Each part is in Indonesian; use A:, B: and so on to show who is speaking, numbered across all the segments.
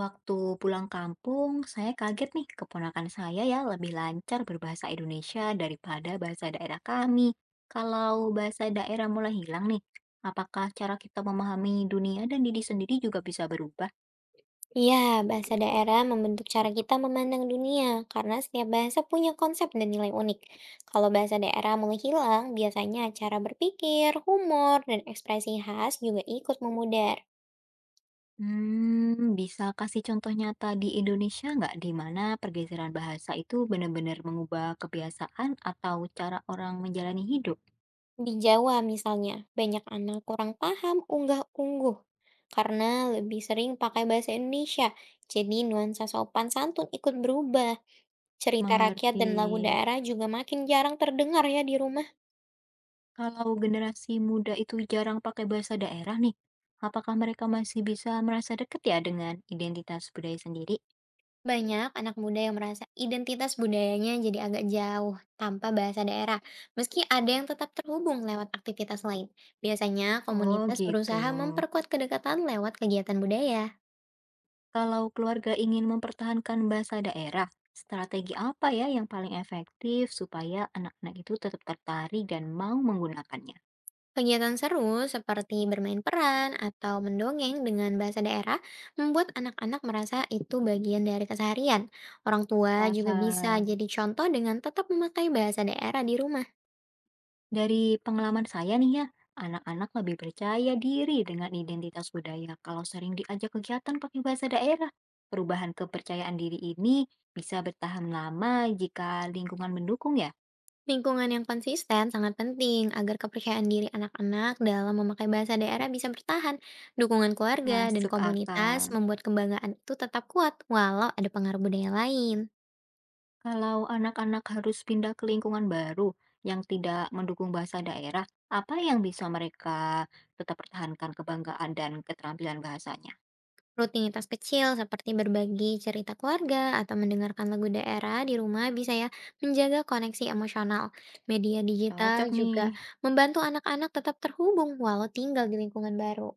A: Waktu pulang kampung, saya kaget nih keponakan saya ya lebih lancar berbahasa Indonesia daripada bahasa daerah kami. Kalau bahasa daerah mulai hilang nih, apakah cara kita memahami dunia dan diri sendiri juga bisa berubah?
B: Iya, bahasa daerah membentuk cara kita memandang dunia karena setiap bahasa punya konsep dan nilai unik. Kalau bahasa daerah mulai hilang, biasanya cara berpikir, humor, dan ekspresi khas juga ikut memudar.
A: Hmm, bisa kasih contoh nyata di Indonesia nggak di mana pergeseran bahasa itu benar-benar mengubah kebiasaan atau cara orang menjalani hidup?
B: Di Jawa misalnya, banyak anak kurang paham unggah-ungguh karena lebih sering pakai bahasa Indonesia. Jadi nuansa sopan santun ikut berubah. Cerita rakyat
A: Mengerti.
B: dan lagu daerah juga makin jarang terdengar ya di rumah.
A: Kalau generasi muda itu jarang pakai bahasa daerah nih, apakah mereka masih bisa merasa dekat ya dengan identitas budaya sendiri?
B: Banyak anak muda yang merasa identitas budayanya jadi agak jauh tanpa bahasa daerah, meski ada yang tetap terhubung lewat aktivitas lain. Biasanya
A: Oh
B: komunitas
A: gitu.
B: berusaha memperkuat kedekatan lewat kegiatan budaya.
A: Kalau keluarga ingin mempertahankan bahasa daerah, strategi apa ya yang paling efektif supaya anak-anak itu tetap tertarik dan mau menggunakannya?
B: Kegiatan seru seperti bermain peran atau mendongeng dengan bahasa daerah membuat anak-anak merasa itu bagian dari keseharian. Orang tua juga bisa
A: Paham.
B: jadi contoh dengan tetap memakai bahasa daerah di rumah.
A: Dari pengalaman saya nih ya, anak-anak lebih percaya diri dengan identitas budaya kalau sering diajak kegiatan pakai bahasa daerah. Perubahan kepercayaan diri ini bisa bertahan lama jika lingkungan mendukung ya.
B: Lingkungan yang konsisten sangat penting agar kepercayaan diri anak-anak dalam memakai bahasa daerah bisa bertahan. Dukungan keluarga dan
A: Masuk
B: komunitas
A: akal.
B: membuat kebanggaan itu tetap kuat walau ada pengaruh budaya lain.
A: Kalau anak-anak harus pindah ke lingkungan baru yang tidak mendukung bahasa daerah, apa yang bisa mereka tetap pertahankan kebanggaan dan keterampilan bahasanya?
B: Rutinitas kecil seperti berbagi cerita keluarga atau mendengarkan lagu daerah di rumah bisa ya menjaga koneksi emosional. Media digital
A: Cocok
B: juga
A: nih.
B: membantu anak-anak tetap terhubung walau tinggal di lingkungan baru.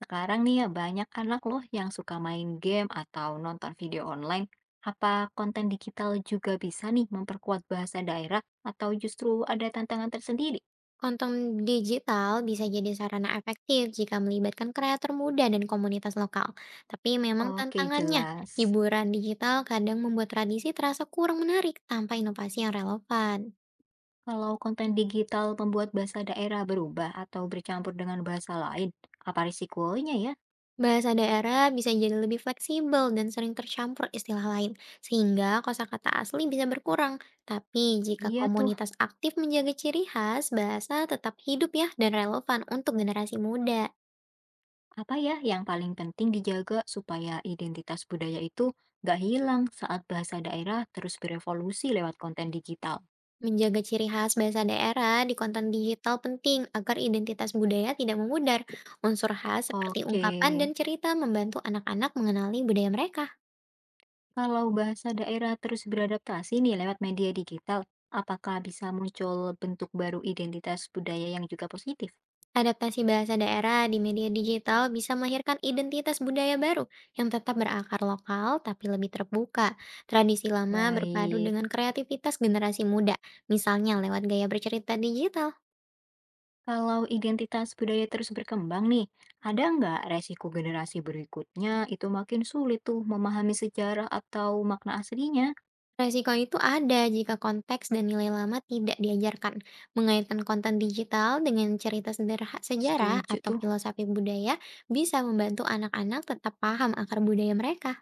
A: Sekarang nih ya banyak anak loh yang suka main game atau nonton video online. Apa konten digital juga bisa nih memperkuat bahasa daerah atau justru ada tantangan tersendiri?
B: Konten digital bisa jadi sarana efektif jika melibatkan kreator muda dan komunitas lokal. Tapi memang
A: Oke,
B: tantangannya,
A: jelas.
B: hiburan digital kadang membuat tradisi terasa kurang menarik tanpa inovasi yang relevan.
A: Kalau konten digital membuat bahasa daerah berubah atau bercampur dengan bahasa lain, apa risikonya ya?
B: Bahasa daerah bisa jadi lebih fleksibel dan sering tercampur istilah lain, sehingga kosakata asli bisa berkurang. Tapi jika
A: Iya tuh,
B: komunitas aktif menjaga ciri khas, bahasa tetap hidup ya dan relevan untuk generasi muda.
A: apa ya yang paling penting dijaga supaya identitas budaya itu nggak hilang saat bahasa daerah terus berevolusi lewat konten digital?
B: Menjaga ciri khas bahasa daerah di konten digital penting agar identitas budaya tidak memudar. Unsur khas seperti
A: Oke.
B: ungkapan dan cerita membantu anak-anak mengenali budaya mereka.
A: Kalau bahasa daerah terus beradaptasi nih lewat media digital, apakah bisa muncul bentuk baru identitas budaya yang juga positif?
B: Adaptasi bahasa daerah di media digital bisa melahirkan identitas budaya baru yang tetap berakar lokal tapi lebih terbuka. Tradisi lama berpadu
A: Baik,
B: dengan kreativitas generasi muda, misalnya lewat gaya bercerita digital.
A: kalau identitas budaya terus berkembang nih, ada nggak resiko generasi berikutnya itu makin sulit tuh memahami sejarah atau makna aslinya?
B: Resiko itu ada jika konteks dan nilai lama tidak diajarkan. Mengaitkan konten digital dengan cerita sederhana sejarah
A: Setuju
B: atau
A: tuh.
B: filosofi budaya bisa membantu anak-anak tetap paham akar budaya mereka.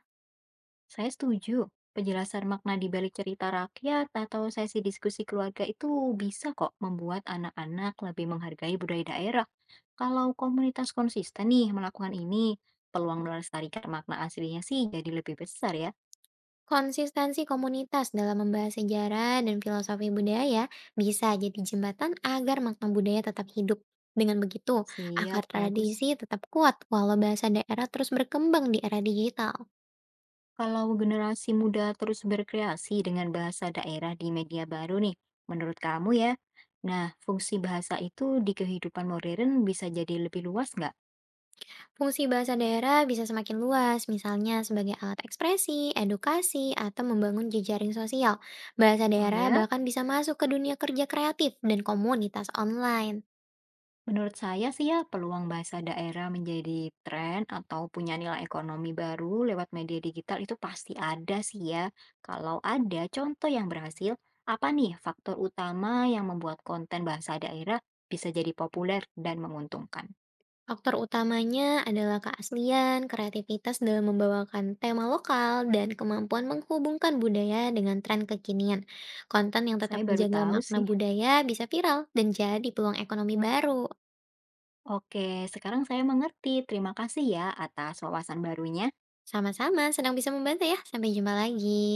A: Saya setuju. Penjelasan makna di balik cerita rakyat atau sesi diskusi keluarga itu bisa kok membuat anak-anak lebih menghargai budaya daerah. Kalau komunitas konsisten nih melakukan ini, peluang melestarikan makna aslinya sih jadi lebih besar ya.
B: Konsistensi komunitas dalam membahas sejarah dan filosofi budaya bisa jadi jembatan agar makna budaya tetap hidup. Dengan begitu,
A: Siap,
B: akar
A: bagus.
B: tradisi tetap kuat walau bahasa daerah terus berkembang di era digital.
A: Kalau generasi muda terus berkreasi dengan bahasa daerah di media baru nih, menurut kamu ya, nah fungsi bahasa itu di kehidupan modern bisa jadi lebih luas nggak?
B: Fungsi bahasa daerah bisa semakin luas, misalnya sebagai alat ekspresi, edukasi, atau membangun jejaring sosial. Bahasa
A: Oh
B: daerah
A: ya?
B: bahkan bisa masuk ke dunia kerja kreatif dan komunitas online.
A: Menurut saya sih ya, peluang bahasa daerah menjadi tren atau punya nilai ekonomi baru lewat media digital itu pasti ada sih ya. Kalau ada contoh yang berhasil, apa nih faktor utama yang membuat konten bahasa daerah bisa jadi populer dan menguntungkan?
B: Faktor utamanya adalah keaslian, kreativitas dalam membawakan tema lokal, dan kemampuan menghubungkan budaya dengan tren kekinian. Konten yang tetap
A: Saya baru
B: menjaga
A: tahu
B: makna
A: sih.
B: budaya bisa viral dan jadi peluang ekonomi baru.
A: Oke, sekarang saya mengerti. Terima kasih ya atas wawasan barunya.
B: Sama-sama, senang bisa membantu ya. Sampai jumpa lagi.